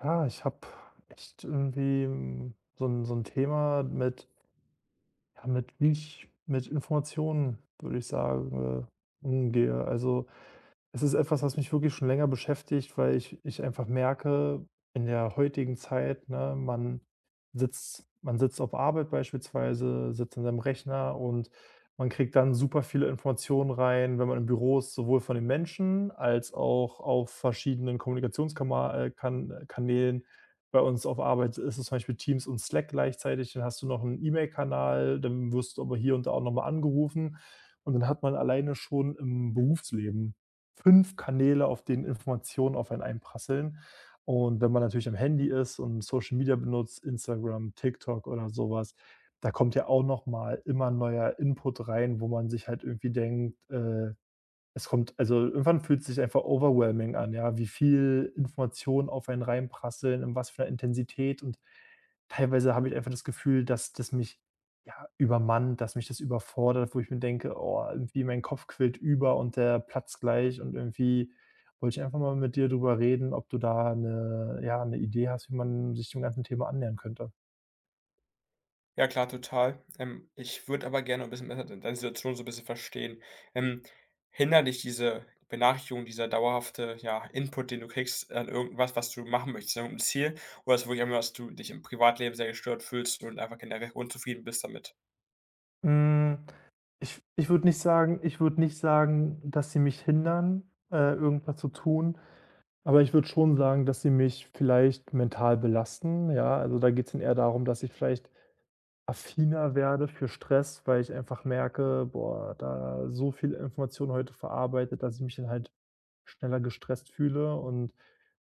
Ja, ich habe echt irgendwie so ein Thema mit ja, mit wie ich mit Informationen, würde ich sagen, umgehe. Also es ist etwas, was mich wirklich schon länger beschäftigt, weil ich einfach merke, in der heutigen Zeit, ne, man sitzt auf Arbeit beispielsweise, sitzt an seinem Rechner und man kriegt dann super viele Informationen rein, wenn man im Büro ist, sowohl von den Menschen als auch auf verschiedenen Kommunikationskanälen. Bei uns auf Arbeit ist es zum Beispiel Teams und Slack gleichzeitig, dann hast du noch einen E-Mail-Kanal, dann wirst du aber hier und da auch nochmal angerufen und dann hat man alleine schon im Berufsleben fünf Kanäle, auf denen Informationen auf einen einprasseln. Und wenn man natürlich am Handy ist und Social Media benutzt, Instagram, TikTok oder sowas, da kommt ja auch noch mal immer neuer Input rein, wo man sich halt irgendwie denkt, es kommt, also irgendwann fühlt es sich einfach overwhelming an, ja, wie viel Informationen auf einen reinprasseln, in was für einer Intensität, und teilweise habe ich einfach das Gefühl, dass das mich, ja, übermannt, dass mich das überfordert, wo ich mir denke: „Oh, irgendwie mein Kopf quillt über und der platzt gleich“, und irgendwie wollte ich einfach mal mit dir drüber reden, ob du da eine ja, eine Idee hast, wie man sich dem ganzen Thema annähern könnte. Ja klar, total. Ich würde aber gerne ein bisschen besser de deine Situation so 'n bisschen verstehen. Ähm, Hindern dich diese Benachrichtigung, dieser dauerhafte, ja, Input, den du kriegst an irgendwas, was du machen möchtest, an irgend Ziel? Oder ist es wirklich einfach dass du dich im Privatleben sehr gestört fühlst und einfach generell unzufrieden bist damit? Hm, ich ich würde nicht sagen ich würde nicht sagen, dass sie mich hindern, irgendwas zu tun. Aber ich würde schon sagen, dass sie mich vielleicht mental belasten, ja? Also, da geht es dann eher darum, dass ich vielleicht affiner werde für Stress, weil ich einfach merke: Boah, da so viel Information heute verarbeitet, dass ich mich dann halt schneller gestresst fühle, und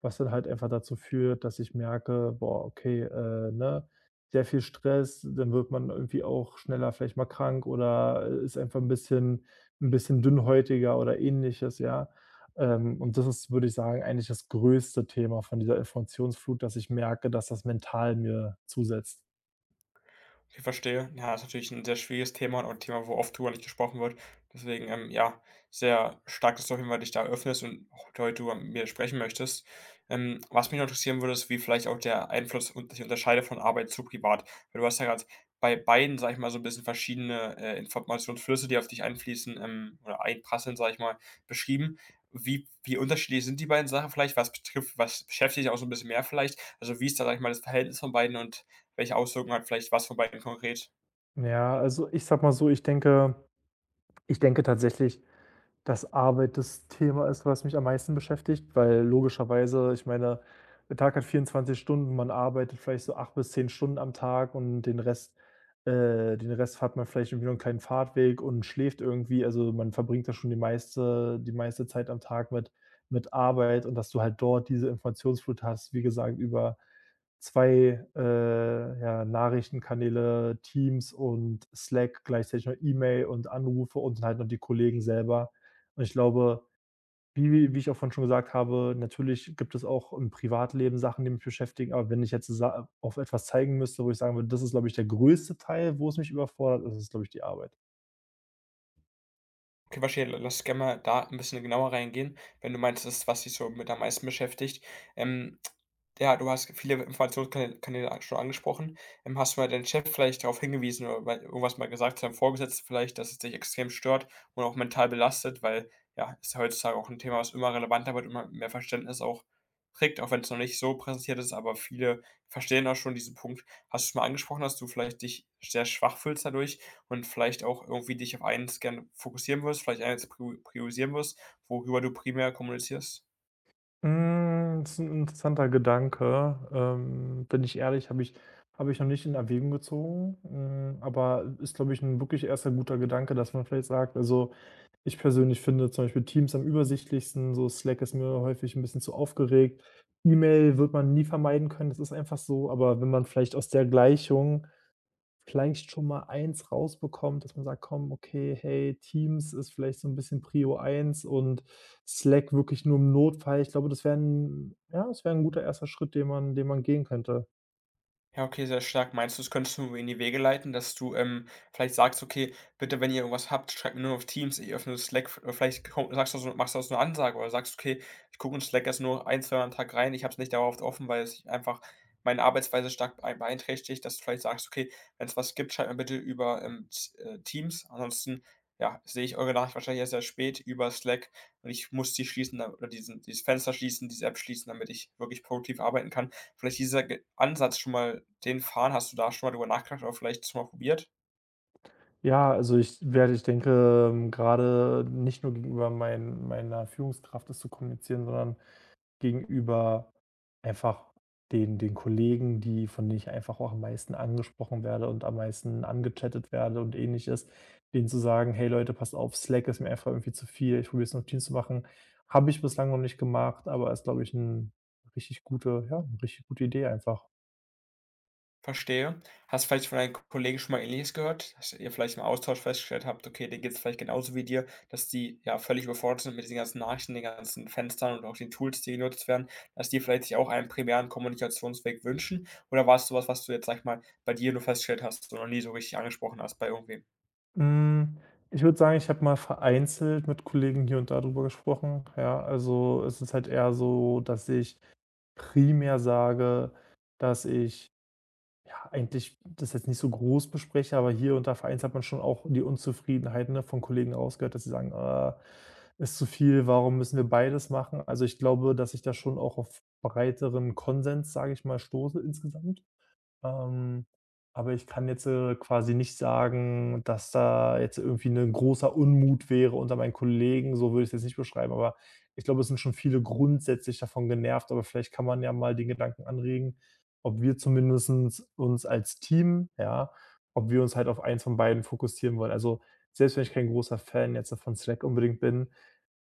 was dann halt einfach dazu führt, dass ich merke: Boah, okay, ne, sehr viel Stress, dann wird man irgendwie auch schneller vielleicht mal krank oder ist einfach ein bisschen dünnhäutiger oder Ähnliches, ja? Und das ist, würde ich sagen, eigentlich das größte Thema von dieser Informationsflut, dass ich merke, dass das mental mir zusetzt. Ich verstehe. Ja, ist natürlich ein sehr schwieriges Thema und auch 'n Thema, wo oft drüber nicht gesprochen wird. Deswegen, ja, sehr stark, dass du auf jeden Fall dich da öffnest und auch heute drüber mit mir sprechen möchtest. Was mich noch interessieren würde, ist, wie vielleicht auch der Einfluss und sich unterscheidet von Arbeit zu privat. Weil du hast ja gerade bei beiden, sage ich mal, so ein bisschen verschiedene, Informationsflüsse, die auf dich einfließen, oder einprasseln, sage ich mal, beschrieben. Wie unterschiedlich sind die beiden Sachen vielleicht? Was betrifft was beschäftigt dich auch so ein bisschen mehr vielleicht? Also, wie ist da, sage ich mal, das Verhältnis von beiden und welche Auswirkungen hat vielleicht was von beiden konkret? Ja, also ich sag mal so, ich denke tatsächlich, dass Arbeit das Thema ist, was mich am meisten beschäftigt, weil logischerweise, ich meine, der Tag hat 24 Stunden, man arbeitet vielleicht so 8 bis 10 Stunden am Tag und den Rest hat man vielleicht irgendwie noch einen kleinen Fahrtweg und schläft irgendwie. Also, man verbringt da schon die meiste Zeit am Tag mit Arbeit, und dass du halt dort diese Informationsflut hast, wie gesagt, über 2 ja, Nachrichtenkanäle, Teams und Slack, gleichzeitig noch E-Mail und Anrufe und halt noch die Kollegen selber. Und ich glaube, wie ich auch vorhin schon gesagt habe, natürlich gibt es auch im Privatleben Sachen, die mich beschäftigen, aber wenn ich jetzt sa auf etwas zeigen müsste, wo ich sagen würde, das ist, glaube ich, der größte Teil, wo es mich überfordert, das ist, glaube ich, die Arbeit. Okay, verstehe. Lass gerne mal da ein bisschen genauer reingehen, wenn du meinst, das ist, was dich so mit am meisten beschäftigt. Ähm, ja, du hast viele Informationskanäle Kanäle an- schon angesprochen. Hast du mal deinen Chef vielleicht darauf hingewiesen oder mal irgendwas mal gesagt zu deinem Vorgesetzten vielleicht, dass es dich extrem stört und auch mental belastet, weil ja, ist ja heutzutage auch ein Thema, was immer relevanter wird, immer mehr Verständnis auch kriegt, auch wenn es noch nicht so präsentiert ist, aber viele verstehen auch schon diesen Punkt. Hast du es mal angesprochen, dass du vielleicht dich sehr schwach fühlst dadurch? Und vielleicht auch irgendwie dich auf eins gerne fokussieren wirst, vielleicht eins priorisieren wirst, worüber du primär kommunizierst? Das ist ein interessanter Gedanke. Bin ich ehrlich, habe ich noch nicht in Erwägung gezogen, aber ist, glaube ich, ein wirklich erster guter Gedanke, dass man vielleicht sagt, also, ich persönlich finde zum Beispiel Teams am übersichtlichsten, so Slack ist mir häufig ein bisschen zu aufgeregt. E-Mail wird man nie vermeiden können, das ist einfach so, aber wenn man vielleicht aus der Gleichung vielleicht schon mal eins rausbekommt, dass man sagt: „Komm, okay, hey, Teams ist vielleicht so ein bisschen Prio eins und Slack wirklich nur im Notfall.“ Ich glaube, das wäre 'n ja, das wäre ein guter erster Schritt, den man gehen könnte. Ja, okay, sehr stark. Meinst du, das könntest du in die Wege leiten, dass du, vielleicht sagst: „Okay, bitte, wenn ihr irgendwas habt, schreibt mir nur auf Teams, ich öffne Slack.“ Oder vielleicht ko sagst du so machst du so eine Ansage oder sagst: „Okay, ich gucke in Slack erst nur ein, zwei Mal am Tag rein. Ich habe es nicht dauerhaft offen, weil es einfach meine Arbeitsweise stark bei beeinträchtigt.“ Dass du vielleicht sagst: „Okay, wenn es was gibt, schreibt mir bitte über, Z Teams. Ansonsten, ja, sehe ich eure Nachricht wahrscheinlich erst sehr spät über Slack und ich muss die schließen da oder diesen dieses Fenster schließen, diese App schließen, damit ich wirklich produktiv arbeiten kann.“ Vielleicht dieser Ge Ansatz schon mal den fahren, hast du da schon mal drüber nachgedacht oder vielleicht schon mal probiert? Ja, also, ich denke, grade nicht nur gegenüber meiner Führungskraft das zu kommunizieren, sondern gegenüber einfach den Kollegen, die von denen ich einfach auch am meisten angesprochen werde und am meisten angechattet werde und Ähnliches, denen zu sagen: „Hey Leute, passt auf, Slack ist mir einfach irgendwie zu viel. Ich probiere es noch Teams zu machen.“ Habe ich bislang noch nicht gemacht, aber ist, glaube ich, eine richtig gute ja, 'ne richtig gute Idee einfach. Verstehe. Hast vielleicht von deinen Kollegen schon mal Ähnliches gehört, dass ihr vielleicht im Austausch festgestellt habt, okay, denen geht es vielleicht genauso wie dir, dass die, ja, völlig überfordert sind mit diesen ganzen Nachrichten, den ganzen Fenstern und auch den Tools, die genutzt werden, dass die vielleicht sich auch einen primären Kommunikationsweg wünschen? Oder war es sowas was du jetzt, sag ich mal, bei dir nur festgestellt hast und noch nie so richtig angesprochen hast bei irgendwem? Hm, ich würde sagen, ich habe mal vereinzelt mit Kollegen hier und da drüber gesprochen. Ja, also, es ist halt eher so, dass ich primär sage, dass ich ja, eigentlich das jetzt nicht so groß bespreche, aber hier unter Vereins hat man schon auch die Unzufriedenheit, ne, von Kollegen rausgehört, dass sie sagen: „Ah, ist zu viel, warum müssen wir beides machen?“ Also, ich glaube, dass ich da schon auch auf breiteren Konsens, sage ich mal, stoße insgesamt. Ähm, aber ich kann jetzt, quasi nicht sagen, dass da jetzt irgendwie ein großer Unmut wäre unter meinen Kollegen, so würde ich es jetzt nicht beschreiben, aber ich glaube, es sind schon viele grundsätzlich davon genervt, aber vielleicht kann man ja mal den Gedanken anregen, ob wir zumindestens uns als Team ja, ob wir uns halt auf eins von beiden fokussieren wollen. Also, selbst wenn ich kein großer Fan jetzt von Slack unbedingt bin,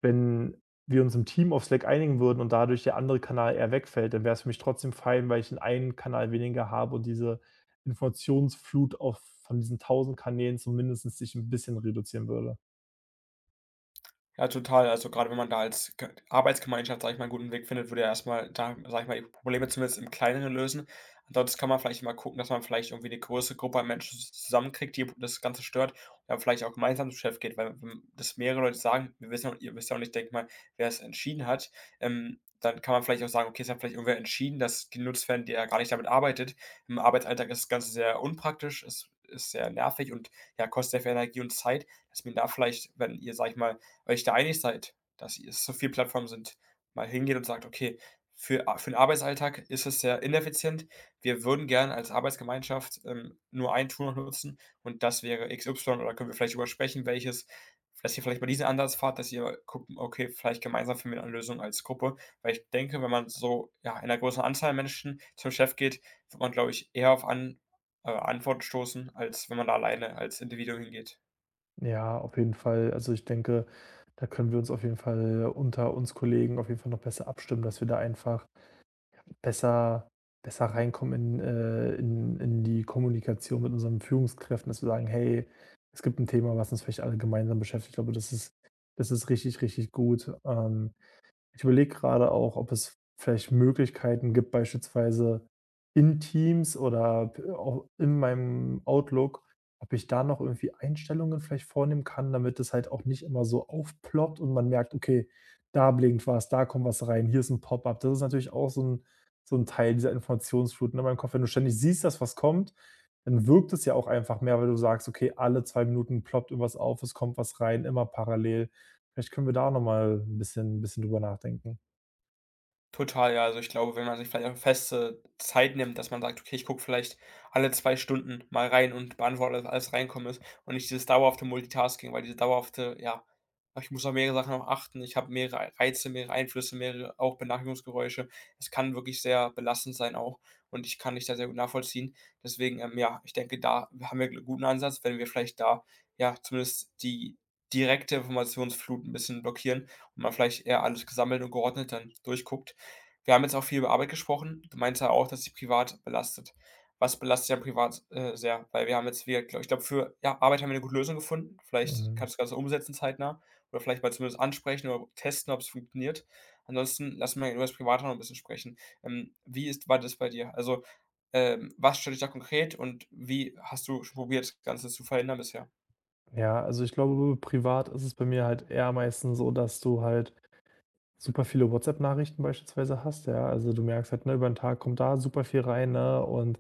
wenn wir uns im Team auf Slack einigen würden und dadurch der andere Kanal eher wegfällt, dann wäre es für mich trotzdem fein, weil ich den einen Kanal weniger habe und diese Informationsflut auf von diesen 1.000 Kanälen zumindestens sich ein bisschen reduzieren würde. Ja, total. Also, gerade wenn man da als G Arbeitsgemeinschaft, sage ich mal, einen guten Weg findet, würde ja erstmal da, sage ich mal, die Probleme zumindest im Kleineren lösen. Ansonsten kann man vielleicht mal gucken, dass man vielleicht irgendwie eine größere Gruppe an Menschen z zusammenkriegt, die das Ganze stört, und dann vielleicht auch gemeinsam zum Chef geht, weil wenn das mehrere Leute sagen: „Wir wissen ja, ihr wisst ja auch nicht, denke ich mal, wer es entschieden hat“, dann kann man vielleicht auch sagen: „Okay, es hat vielleicht irgendwer entschieden, dass genutzt werden, der gar nicht damit arbeitet.“ Im Arbeitsalltag ist das Ganze sehr unpraktisch, es ist sehr nervig und, ja, kostet sehr viel Energie und Zeit, dass man da vielleicht, wenn ihr, sage ich mal, weil ich da einig seid, dass es so viele Plattformen sind, mal hingeht und sagt, okay, für den Arbeitsalltag ist es sehr ineffizient. Wir würden gern als Arbeitsgemeinschaft nur ein Tool noch nutzen und das wäre XY oder können wir vielleicht übersprechen, welches, dass ihr vielleicht mal diesen Ansatz fahrt, dass ihr guckt, okay, vielleicht gemeinsam finden wir eine Lösung als Gruppe. Weil ich denke, wenn man so ja, in einer großen Anzahl Menschen zum Chef geht, wird man, glaube ich, eher auf An Antworten stoßen, als wenn man da alleine als Individuum hingeht. Ja, auf jeden Fall. Also, ich denke, da können wir uns auf jeden Fall unter uns Kollegen auf jeden Fall noch besser abstimmen, dass wir da einfach besser besser reinkommen in die Kommunikation mit unseren Führungskräften, dass wir sagen: „Hey, es gibt ein Thema, was uns vielleicht alle gemeinsam beschäftigt.“ Ich glaube, das ist richtig, richtig gut. Ich überlege gerade auch, ob es vielleicht Möglichkeiten gibt, beispielsweise in Teams oder p auch in meinem Outlook, ob ich da noch irgendwie Einstellungen vielleicht vornehmen kann, damit es halt auch nicht immer so aufploppt und man merkt: „Okay, da blinkt was, da kommt was rein, hier ist ein Pop-up.“ Das ist natürlich auch so ein so 'n Teil dieser Informationsflut, ne, in meinem Kopf. Wenn du ständig siehst, dass was kommt, dann wirkt es ja auch einfach mehr, weil du sagst: „Okay, alle 2 Minuten ploppt irgendwas auf, es kommt was rein, immer parallel.“ Vielleicht können wir da auch noch mal 'n bisschen drüber nachdenken. Total, ja. Also, ich glaube, wenn man sich vielleicht auch feste Zeit nimmt, dass man sagt: „Okay, ich gucke vielleicht alle 2 Stunden mal rein und beantworte alles, alles reinkommen ist“ und nicht dieses dauerhafte Multitasking, weil diese dauerhafte, ja: „Ach, ich muss auf mehrere Sachen noch achten, ich habe mehrere Reize, mehrere Einflüsse, mehrere auch Benachrichtigungsgeräusche.“ Es kann wirklich sehr belastend sein auch und ich kann dich da sehr gut nachvollziehen. Deswegen, ja, ich denke, da haben wir einen guten Ansatz, wenn wir vielleicht da, ja, zumindest die direkte Informationsflut ein bisschen blockieren und man vielleicht eher alles gesammelt und geordnet dann durchguckt. Wir haben jetzt auch viel über Arbeit gesprochen. Du meinst ja auch, dass dich privat belastet. Was belastet ja privat, sehr? Weil wir haben jetzt wir gl ich glaube, für ja, Arbeit haben wir eine gute Lösung gefunden. Vielleicht Mhm. kannst du das Ganze umsetzen zeitnah oder vielleicht mal zumindest ansprechen oder testen, ob es funktioniert. Ansonsten lassen wir über das Private noch ein bisschen sprechen. Wie ist war das bei dir? Also, was stört dich da konkret und wie hast du schon probiert, das Ganze zu verhindern bisher? Ja, also, ich glaube, privat ist es bei mir halt eher meistens so, dass du halt super viele WhatsApp-Nachrichten beispielsweise hast, ja. Also, du merkst halt, ne, über 'n Tag kommt da super viel rein, ne, und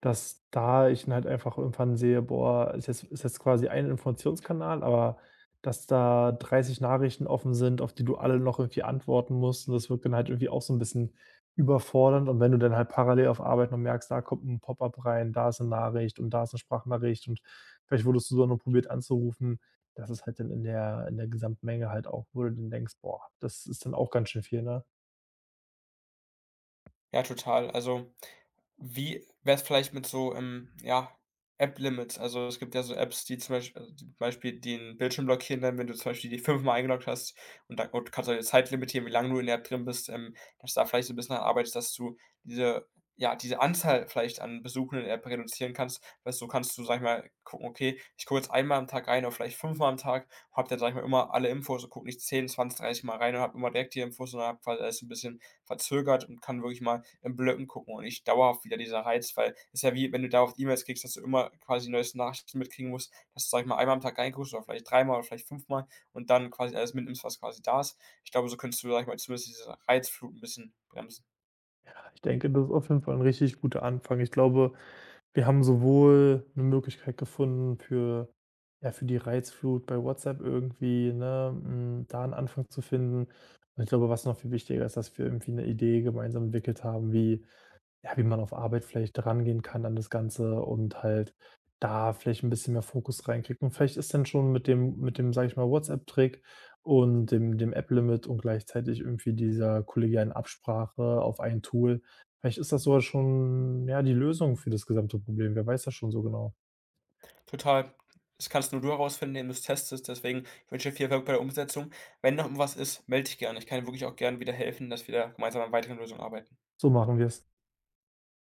dass da ich dann halt einfach irgendwann sehe: „Boah, ist jetzt quasi ein Informationskanal, aber dass da 30 Nachrichten offen sind, auf die du alle noch irgendwie antworten musst.“ Und das wirkt dann halt irgendwie auch so ein bisschen überfordernd. Und wenn du dann halt parallel auf Arbeit noch merkst, da kommt ein Pop-up rein, da ist eine Nachricht und da ist eine Sprachnachricht und vielleicht wurdest du sogar noch probiert anzurufen. Das ist halt dann in der Gesamtmenge halt auch, wo du dann denkst: „Boah, das ist dann auch ganz schön viel“, ne? Ja, total. Also wie wäre es vielleicht mit so, ja, App-Limits? Also, es gibt ja so Apps, die zum Beisch also, die zum Beispiel den Bildschirm blockieren dann, wenn du zum Beispiel die fünfmal eingeloggt hast und da und kannst du deine Zeit limitieren, wie lange du in der App drin bist, dass du da vielleicht so ein bisschen daran arbeitest, dass du diese ja, diese Anzahl vielleicht an Besuchen in der App reduzieren kannst, weil so kannst du, sag ich mal, gucken: „Okay, ich gucke jetzt einmal am Tag rein oder vielleicht fünfmal am Tag, habe dann, sag ich mal, immer alle Infos und gucke nicht 10 20 30 Mal rein und habe immer direkt die Infos, sondern habe quasi alles so ein bisschen verzögert und kann wirklich mal in Blöcken gucken und nicht dauerhaft wieder dieser Reiz, weil es ist ja wie, wenn du dauerhaft E-Mails kriegst, dass du immer quasi neueste Nachrichten mitkriegen musst, dass du, sag ich mal, einmal am Tag reinguckst oder vielleicht dreimal oder vielleicht fünfmal und dann quasi alles mitnimmst, was quasi da ist. Ich glaube, so könntest du, sag ich mal, zumindest diese Reizflut ein bisschen bremsen. Ich denke, das ist auf jeden Fall ein richtig guter Anfang. Ich glaube, wir haben sowohl eine Möglichkeit gefunden für ja, für die Reizflut bei WhatsApp irgendwie, ne, da einen Anfang zu finden. Und ich glaube, was noch viel wichtiger ist, dass wir irgendwie eine Idee gemeinsam entwickelt haben, wie ja, wie man auf Arbeit vielleicht rangehen kann an das Ganze und halt da vielleicht ein bisschen mehr Fokus reinkriegt. Und vielleicht ist dann schon mit dem, sage ich mal, WhatsApp-Trick und dem App-Limit und gleichzeitig irgendwie dieser kollegialen Absprache auf ein Tool, vielleicht ist das sogar schon, ja, die Lösung für das gesamte Problem. Wer weiß das schon so genau? Total. Das kannst nur du herausfinden, indem du es testest. Deswegen ich wünsche dir viel Erfolg bei der Umsetzung. Wenn noch was ist, melde dich gerne. Ich kann dir wirklich auch gerne wieder helfen, dass wir da gemeinsam an weiteren Lösungen arbeiten. So machen wir es